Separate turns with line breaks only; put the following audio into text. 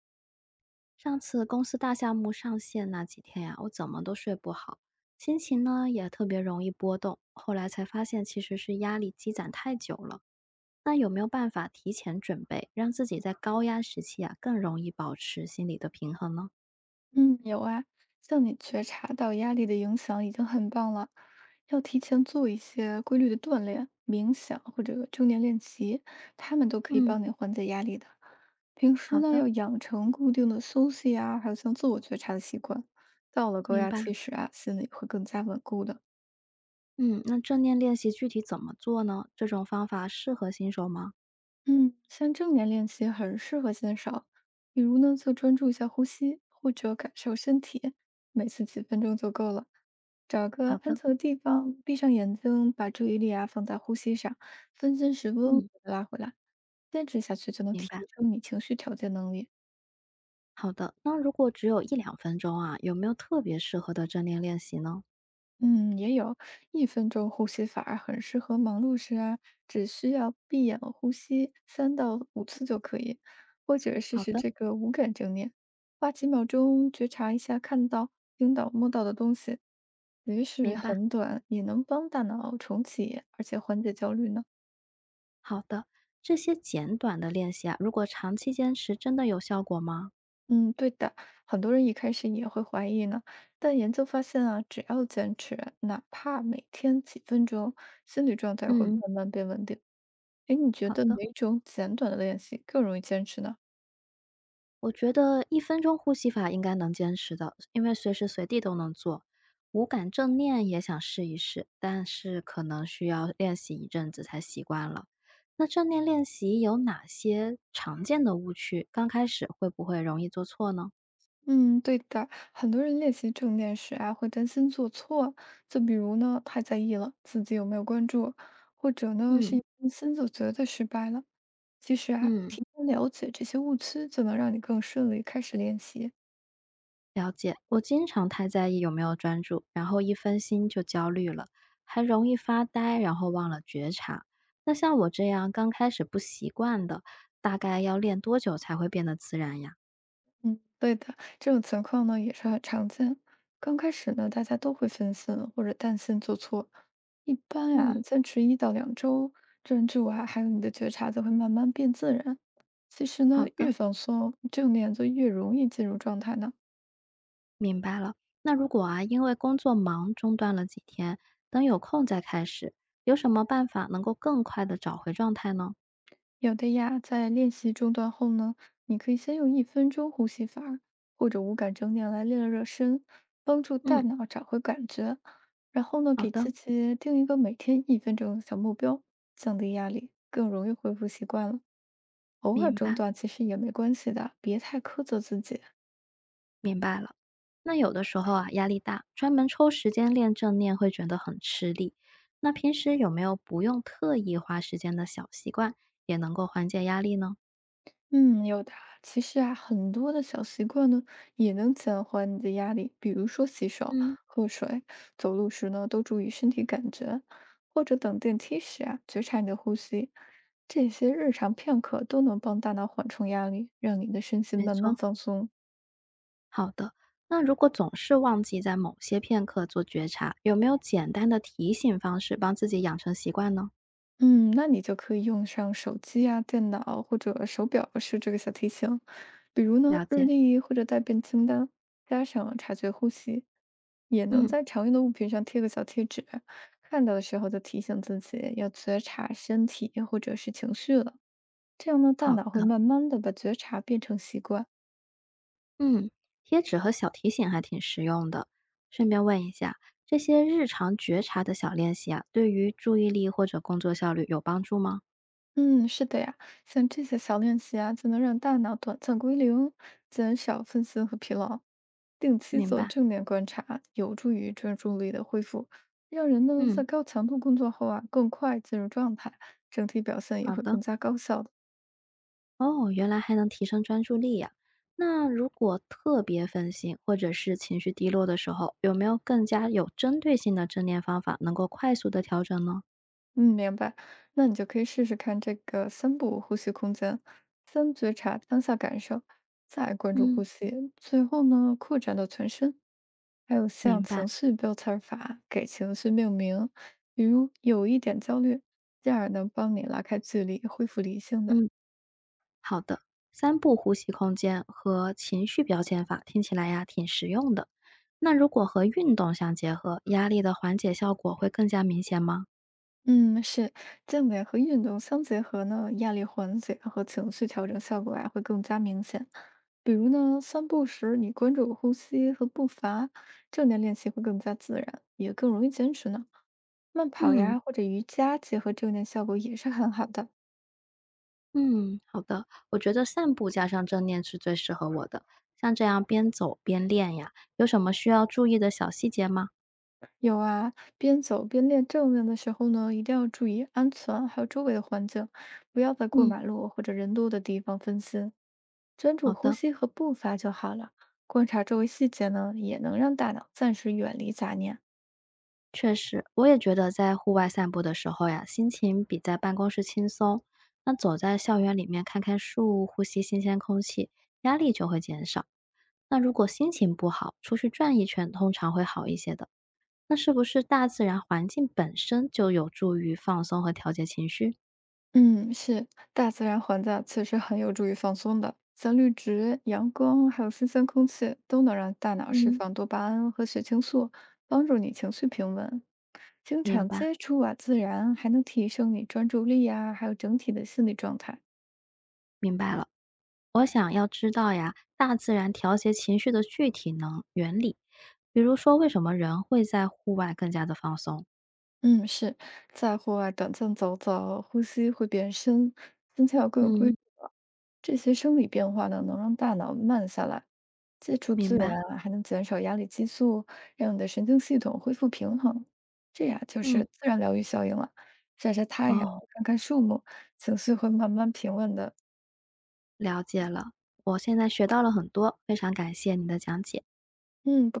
上次公司大项目上线那几天呀、我怎么都睡不好，心情呢也特别容易波动。后来才发现，其实是压力积攒太久了。那有没有办法提前准备，让自己在高压时期啊更容易保持心理的平衡呢？
嗯，有啊，像你觉察到压力的影响已经很棒了。要提前做一些规律的锻炼、冥想或者正念练习，他们都可以
嗯，
帮你缓解压力的。平时
好
呢，
的，
要养成固定的休息啊，还有像自我觉察的习惯。到了高
明
压
白。
期时啊，心里会更加稳固的。
嗯，那正念练习具体怎么做呢？这种方法适合新手吗？
嗯，像正念练习很适合新手，比如呢，就专注一下呼吸，或者感受身体，每次几分钟就够了。找个
好
安
的，
静的地方，闭上眼睛，把注意力啊放在呼吸上，分心时温和
嗯，
的拉回来，坚持下去就能
明
提
白。
升你情绪调节能力。
好的，那如果只有一两分钟啊，有没有特别适合的正念练习呢？
嗯，也有一分钟呼吸法儿很适合忙碌时啊，只需要闭眼呼吸3到5次就可以，或者试
好
试
的，
这个无感正念，花几秒钟觉察一下看到、听到、摸到的东西，即使
明白。
很短，也能帮大脑重启，而且缓解焦虑呢。
好的，这些简短的练习啊，如果长期坚持，真的有效果吗？
嗯，对的，很多人一开始也会怀疑呢，但研究发现啊，只要坚持，哪怕每天几分钟，心理状态会
嗯，
慢慢变稳定。哎，你觉
好
得
的，
哪种简短的练习更容易坚持呢？
我觉得一分钟呼吸法应该能坚持的，因为随时随地都能做。无感正念也想试一试，但是可能需要练习一阵子才习惯了。那正念练习有哪些常见的误区？刚开始会不会容易做错呢？
嗯，对的，很多人练习正念时啊，会担心做错，就比如呢，太在意了自己有没有关注，或者呢，是
嗯
一担心就觉得失败了。其实啊，
嗯，
提前了解这些误区，就能让你更顺利开始练习。
了解，我经常太在意有没有专注，然后一分心就焦虑了，还容易发呆，然后忘了觉察。那像我这样刚开始不习惯的，大概要练多久才会变得自然呀？
嗯，对的，这种情况呢也是很常见。刚开始呢，大家都会分心或者担心做错，一般呀、
嗯，
坚持1到2周，专注啊，还有你的觉察就会慢慢变自然。其实呢，
好的，
越放松，正念就越容易进入状态呢。
明白了。那如果啊，因为工作忙中断了几天，等有空再开始，有什么办法能够更快的找回状态呢？
有的呀，在练习中断后呢，你可以先用一分钟呼吸法儿或者无感整点来练热身，帮助大
嗯，
脑找回感觉。然后呢，
好
给
的，
自己定一个每天1分钟的小目标，降低压力，更容易恢复习惯了。偶尔
明
中
白。
断其实也没关系的，别太苛责自己。
明白了。那有的时候啊，压力大，专门抽时间练正念会觉得很吃力。那平时有没有不用特意花时间的小习惯，也能够缓解压力呢？
嗯，有的啊。其实啊，很多的小习惯呢，也能减缓你的压力。比如说洗手、
嗯，
喝水、走路时呢，都注意身体感觉，或者等电梯时啊，觉察你的呼吸。这些日常片刻都能帮大脑缓冲压力，让你的身心
没
慢慢
错，
放松。
好的。那如果总是忘记在某些片刻做觉察，有没有简单的提醒方式帮自己养成习惯呢？
嗯，那你就可以用上手机啊、电脑或者手表设置个小提醒，比如呢
了
日
解，
历或者待便清单，加上察觉呼吸，也能
嗯，
在常用的物品上贴个小贴纸，看到的时候就提醒自己要觉察身体或者是情绪了。这样呢，大
好
脑会
的。
慢慢的把觉察变成习惯。
嗯，贴纸和小提醒还挺实用的。顺便问一下，这些日常觉察的小练习啊，对于注意力或者工作效率有帮助吗？
嗯，是的呀，像这些小练习啊，就能让大脑短暂归零，减少分心和疲劳。定期
明
做
白。
正念观察，有助于专注力的恢复，让人呢在
嗯，
高强度工作后啊更快进入状态，整体表现也
好
会
的。
更加高效的。
哦，原来还能提升专注力呀、那如果特别分心或者是情绪低落的时候，有没有更加有针对性的正念方法，能够快速的调整呢？
嗯，明白。那你就可以试试看这个3步呼吸空间，先觉察当下感受，再关注
嗯，
呼吸，最后呢扩展到全身。还有像
明白。
情绪标签儿法，给情绪命名，比如有一点焦虑，进而能帮你拉开距离，恢复理性的。
嗯。好的，三步呼吸空间和情绪表现法听起来呀挺实用的。那如果和运动相结合，压力的缓解效果会更加明显吗？
嗯，是，健美和运动相结合呢，压力缓解和情绪调整效果啊会更加明显。比如呢，散步时你关注呼吸和步伐，正念练习会更加自然，也更容易坚持呢。慢跑
嗯
呀或者瑜伽结合正念效果也是很好的。
嗯，好的，我觉得散步加上正念是最适合我的。像这样边走边练呀，有什么需要注意的小细节吗？
有啊，边走边练正念的时候呢，一定要注意安全，还有周围的环境，不要在过
嗯，
马路或者人多的地方分心。专
好
注呼
的，
吸和步伐就好了。观察周围细节呢，也能让大脑暂时远离杂念。
确实，我也觉得在户外散步的时候呀，心情比在办公室轻松。那走在校园里面看看树，呼吸新鲜空气，压力就会减少。那如果心情不好，出去转一圈通常会好一些的。那是不是大自然环境本身就有助于放松和调节情绪？
嗯，是，大自然环境确实很有助于放松的，像绿植、阳光，还有新鲜空气，都能让大脑释
嗯，
放多巴胺和血清素，帮助你情绪平稳。经
明
常
白，
接触啊，自然还能提升你专注力啊，还有整体的心理状态。
明白了。我想要知道呀，大自然调节情绪的具体能原理，比如说为什么人会在户外更加的放松？
嗯，是，在户外短暂走走，呼吸会变深，心跳更有规律
嗯
了。这些生理变化呢，能让大脑慢下来，接触
明
自
白，
然啊还能减少压力激素，让你的神经系统恢复平衡。这呀，就是
嗯，
自然疗愈效应了。晒晒太阳，
哦，
看看树木，情绪会慢慢平稳的。
了解了。我现在学到了很多，非常感谢你的讲解。
嗯，